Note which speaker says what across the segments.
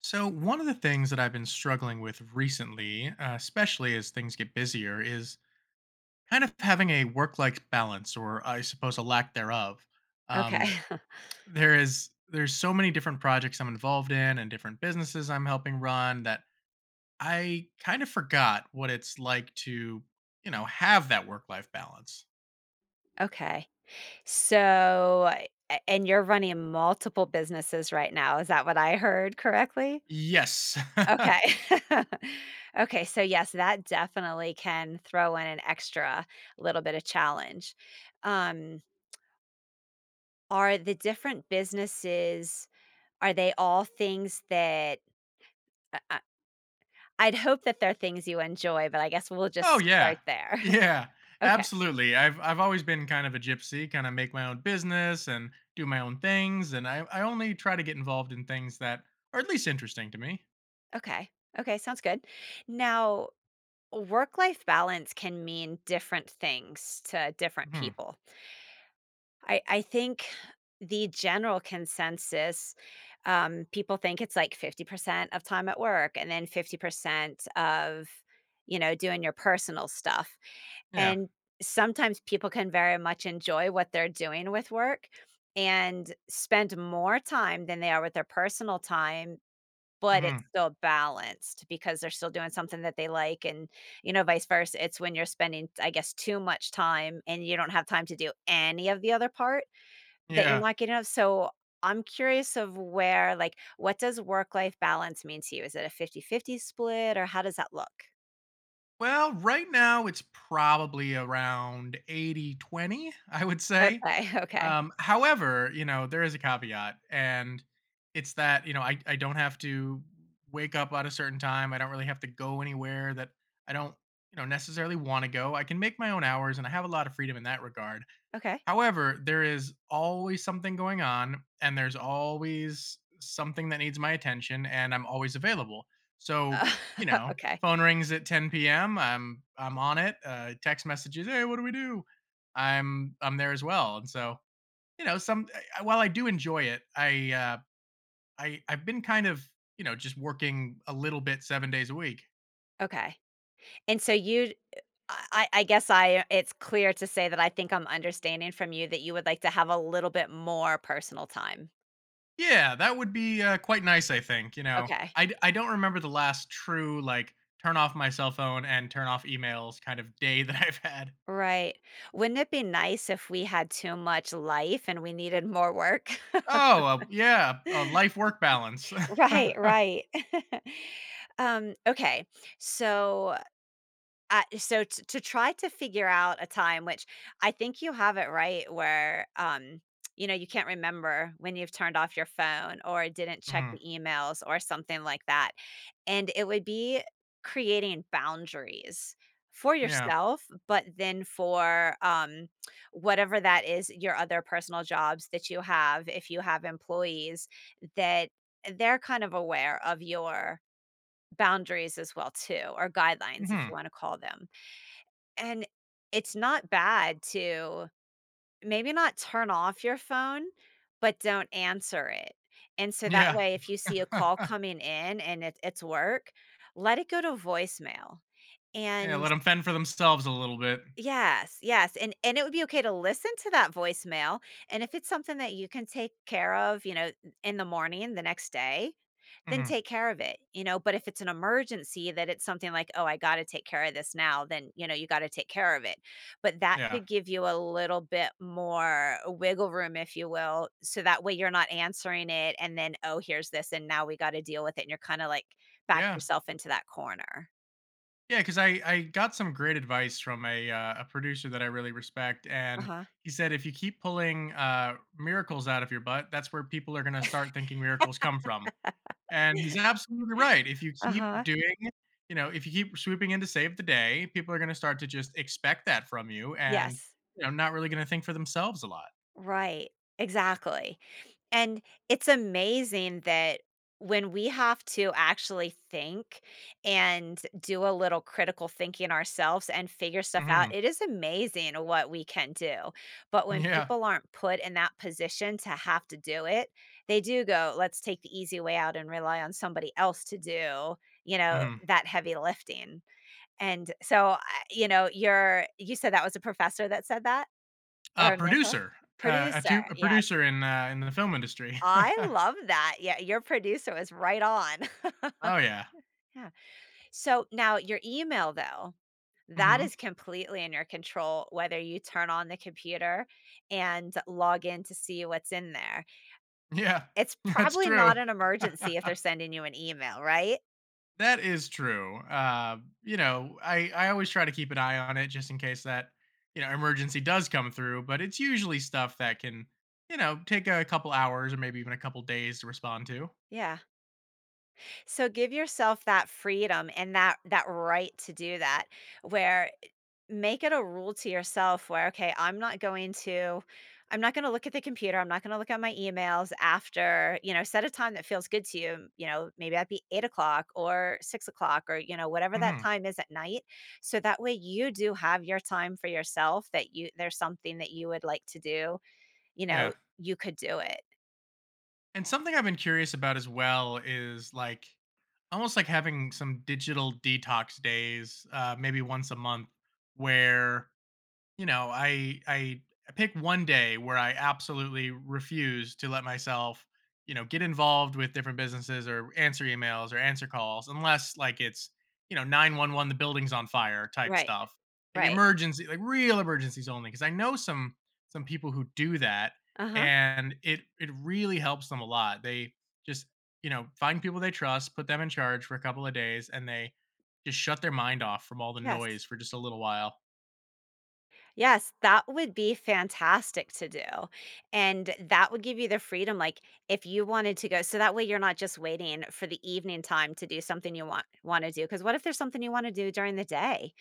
Speaker 1: So, one of the things that I've been struggling with recently, especially as things get busier, is kind of having a work-life balance, or I suppose a lack thereof. Um,
Speaker 2: Okay.
Speaker 1: there's so many different projects I'm involved in and different businesses I'm helping run that I kind of forgot what it's like to have that work-life balance.
Speaker 2: Okay. So, a and you're running multiple businesses right now, is that what I heard correctly?
Speaker 1: Yes.
Speaker 2: Okay. Okay, so yes, that definitely can throw in an extra little bit of challenge. Um, are the different businesses, are they all things that I I I'd hope that they're things you enjoy, but I guess we'll just
Speaker 1: Oh yeah.
Speaker 2: start there.
Speaker 1: Yeah.
Speaker 2: Okay,
Speaker 1: Absolutely. I've always been kind of a gypsy, kind of make my own business and do my own things and I only try to get involved in things that are at least interesting to me.
Speaker 2: okay, okay, sounds good. Now work life balance can mean different things to different
Speaker 1: Mhm.
Speaker 2: people. I think the general consensus, people think it's like 50% of time at work and then 50% of doing your personal stuff.
Speaker 1: Yeah.
Speaker 2: And sometimes people can very much enjoy what they're doing with work and spend more time than they are with their personal time, but it's
Speaker 1: Mhm.
Speaker 2: still balanced because they're still doing something that they like, and, you know, vice versa. It's when you're spending, I guess, too much time and you don't have time to do any of the other part that you're
Speaker 1: Yeah.
Speaker 2: not getting of. So I'm curious of where, like, what does work life balance mean to you? Is it a 50/50 split or how does that look?
Speaker 1: Well, right now it's probably around 80/20, I would say.
Speaker 2: Okay, okay,
Speaker 1: However, there is a caveat, and it's that, I don't have to wake up at a certain time. I don't really have to go anywhere that I don't necessarily want to go. I can make my own hours and I have a lot of freedom in that regard.
Speaker 2: okay.
Speaker 1: However, there is always something going on and there's always something that needs my attention and I'm always available. So,
Speaker 2: uh,
Speaker 1: you know,
Speaker 2: Okay,
Speaker 1: phone rings at 10 p.m. I'm on it. Text messages, hey, what do we do? I'm there as well. And so, you know, some while I do enjoy it, I've been kind of, just working a little bit 7 days a week.
Speaker 2: okay. And so you I guess I it's clear to say that I think I'm understanding from you that you would like to have a little bit more personal time.
Speaker 1: Yeah, that would be quite nice, I think.
Speaker 2: Okay.
Speaker 1: I don't remember the last true like turn off my cell phone and turn off emails kind of day that I've had.
Speaker 2: Right. Wouldn't it be nice if we had too much life and we needed more work?
Speaker 1: Oh, yeah, a life work balance.
Speaker 2: Right, right. Okay. So, so, t to try to figure out a time, which I think you have it right where, you can't remember when you've turned off your phone or didn't check
Speaker 1: Hmm.
Speaker 2: the emails or something like that. And it would be creating boundaries for
Speaker 1: Yeah.
Speaker 2: yourself, but then for, whatever that is, your other personal jobs that you have, if you have employees, that they're kind of aware of your boundaries as well too, or guidelines if
Speaker 1: Hmm.
Speaker 2: you wanna call them. And it's not bad to, maybe not turn off your phone, but don't answer it, and so that
Speaker 1: Yeah.
Speaker 2: way, if you see a call coming in and it's work, let it go to voicemail,
Speaker 1: Yeah,
Speaker 2: and
Speaker 1: let them fend for themselves a little bit.
Speaker 2: yes, yes, and it would be okay to listen to that voicemail, and if it's something that you can take care of, in the morning the next day, then
Speaker 1: Hmm.
Speaker 2: take care of it, you know? But if it's an emergency that it's something like, "Oh, I gotta take care of this now," then, you gotta take care of it. But that
Speaker 1: Yeah.
Speaker 2: could give you a little bit more wiggle room, if you will, so that way you're not answering it and then, "Oh, here's this, and now we gotta deal with it," and you're kinda, like, back
Speaker 1: Yeah.
Speaker 2: yourself into that corner.
Speaker 1: Yeah, because I got some great advice from a producer that I really respect, and
Speaker 2: Uh-huh.
Speaker 1: he said if you keep pulling miracles out of your butt, that's where people are going to start thinking miracles come from. And he's absolutely right. If you keep
Speaker 2: Uh-huh.
Speaker 1: doing, you know, if you keep swooping in to save the day, people are going to start to just expect that from you, and
Speaker 2: Yes.
Speaker 1: not really going to think for themselves a lot.
Speaker 2: Right. Exactly. And it's amazing that when we have to actually think and do a little critical thinking ourselves and figure stuff out,
Speaker 1: Hmm.
Speaker 2: it is amazing what we can do. But when
Speaker 1: Yeah.
Speaker 2: people aren't put in that position to have to do it, they do go, let's take the easy way out and rely on somebody else to do,
Speaker 1: Hmm.
Speaker 2: that heavy lifting. And so, you said that was a professor that said that,
Speaker 1: A
Speaker 2: or a mentor?
Speaker 1: producer, uh, a,
Speaker 2: Producer.
Speaker 1: tu- a
Speaker 2: Yeah.
Speaker 1: producer in the film industry.
Speaker 2: I love that. Yeah, your producer was right on.
Speaker 1: Oh yeah.
Speaker 2: Yeah. So now your email though, that
Speaker 1: Hmm.
Speaker 2: is completely in your control whether you turn on the computer and log in to see what's in there.
Speaker 1: Yeah,
Speaker 2: It's
Speaker 1: that's
Speaker 2: probably
Speaker 1: true.
Speaker 2: not an emergency if they're sending you an email, right?
Speaker 1: That is true. I always try to keep an eye on it just in case that, emergency does come through, but it's usually stuff that can, take a couple hours or maybe even a couple days to respond to.
Speaker 2: Yeah. So give yourself that freedom and that right to do that, where make it a rule to yourself where, okay, I'm not going to look at the computer, I'm not going to look at my emails after, set a time that feels good to you. You know maybe that'd be 8 o'clock or 6 o'clock, or, whatever that
Speaker 1: Mhm.
Speaker 2: time is at night, so that way you do have your time for yourself, that you there's something that you would like to do, you know
Speaker 1: Yeah.
Speaker 2: you could do it.
Speaker 1: And something I've been curious about as well is like almost like having some digital detox days, maybe once a month where I pick one day where I absolutely refuse to let myself, get involved with different businesses or answer emails or answer calls unless like it's, 911 the building's on fire type
Speaker 2: Right,
Speaker 1: stuff. Like
Speaker 2: right,
Speaker 1: emergency, like real emergencies only because I know some people who do that
Speaker 2: uh-huh,
Speaker 1: and it really helps them a lot. They just, find people they trust, put them in charge for a couple of days and they just shut their mind off from all the
Speaker 2: yes.
Speaker 1: noise for just a little while.
Speaker 2: Yes, that would be fantastic to do. And that would give you the freedom, like if you wanted to go, so that way you're not just waiting for the evening time to do something you want to do. Because what if there's something you want to do during the day,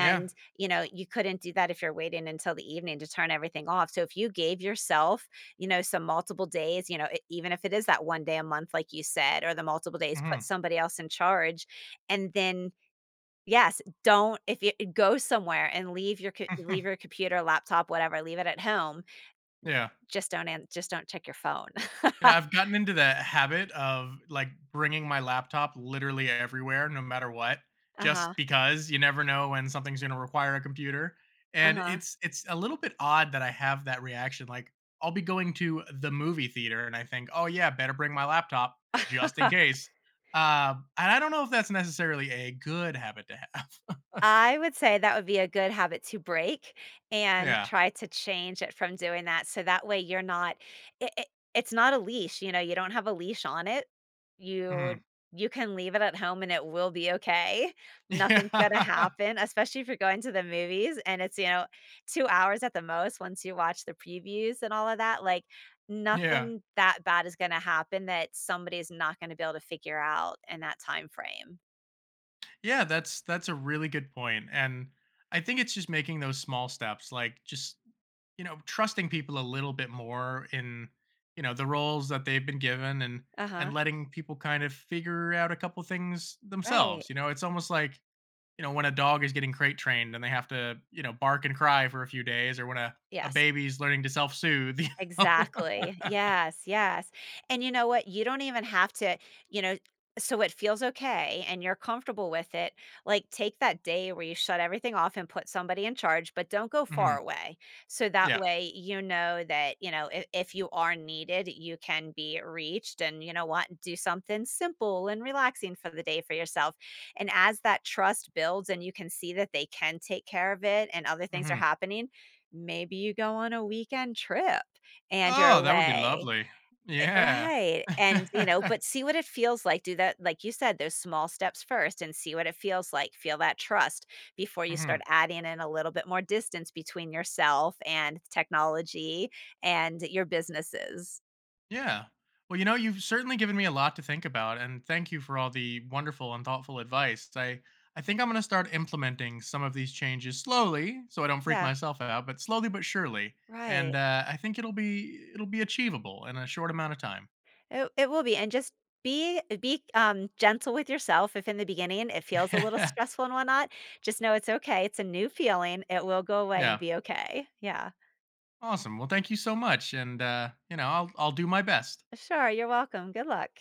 Speaker 1: Yeah.
Speaker 2: you know you couldn't do that if you're waiting until the evening to turn everything off. So if you gave yourself, some multiple days, even if it is that one day a month, like you said, or the multiple days, put
Speaker 1: Hmm.
Speaker 2: somebody else in charge, and then yes, don't if you go somewhere and leave your co
Speaker 1: Mhm.
Speaker 2: leave your computer, laptop, whatever, leave it at home,
Speaker 1: Yeah.
Speaker 2: just don't check your phone.
Speaker 1: I've gotten into the habit of like bringing my laptop literally everywhere, no matter what,
Speaker 2: Uh-huh,
Speaker 1: just because you never know when something's going to require a computer. And
Speaker 2: uh-huh.
Speaker 1: it's a little bit odd that I have that reaction. Like I'll be going to the movie theater and I think, oh yeah, better bring my laptop just in case. And I don't know if that's necessarily a good habit to have.
Speaker 2: I would say that would be a good habit to break and
Speaker 1: Yeah.
Speaker 2: try to change it from doing that, so that way you're not it it it's not a leash, you don't have a leash on it. You
Speaker 1: Hmm.
Speaker 2: you can leave it at home and it will be okay. Nothing's gonna
Speaker 1: Yeah.
Speaker 2: happen, especially if you're going to the movies and it's, 2 hours at the most once you watch the previews and all of that, like,
Speaker 1: Yeah.
Speaker 2: nothing that bad is gonna happen that somebody's not gonna be able to figure out in that time frame.
Speaker 1: Yeah, that's a really good point. And I think it's just making those small steps, like just, trusting people a little bit more in, the roles that they've been given and
Speaker 2: Uh-huh.
Speaker 1: and letting people kind of figure out a couple things
Speaker 2: Right.
Speaker 1: themselves. It's almost like, when a dog is getting crate trained and they have to, bark and cry for a few days, or when a
Speaker 2: Yes.
Speaker 1: baby's learning to self-soothe. Know.
Speaker 2: Exactly. Yes, yes. And you know what? You don't even have to, you know so it feels okay and you're comfortable with it. Like, take that day where you shut everything off and put somebody in charge, but don't go
Speaker 1: hmm.
Speaker 2: far away. So that
Speaker 1: Yeah.
Speaker 2: way, you know that, if you are needed, you can be reached, and, you know what, do something simple and relaxing for the day for yourself. And as that trust builds and you can see that they can take care of it and other things are
Speaker 1: Hmm.
Speaker 2: happening, maybe you go on a weekend trip and you're
Speaker 1: Oh, that would be
Speaker 2: away.
Speaker 1: lovely. Yeah.
Speaker 2: Right, and, but see what it feels like, do that like you said, those small steps first and see what it feels like, feel that trust before you start
Speaker 1: Hmm.
Speaker 2: adding in a little bit more distance between yourself and technology and your businesses.
Speaker 1: Yeah. Well, you've certainly given me a lot to think about, and thank you for all the wonderful and thoughtful advice. I think I'm going to start implementing some of these changes slowly, so I don't freak
Speaker 2: Yeah,
Speaker 1: myself out, but slowly but surely. And
Speaker 2: right.
Speaker 1: I think it'll be achievable in a short amount of time.
Speaker 2: It will be, and just be gentle with yourself if in the beginning it feels a little stressful and whatnot, just know it's okay, it's a new feeling, it will go away and
Speaker 1: Yeah.
Speaker 2: be okay. Yeah.
Speaker 1: Awesome. Well, thank you so much, and I'll do my best.
Speaker 2: Sure, you're welcome, good luck.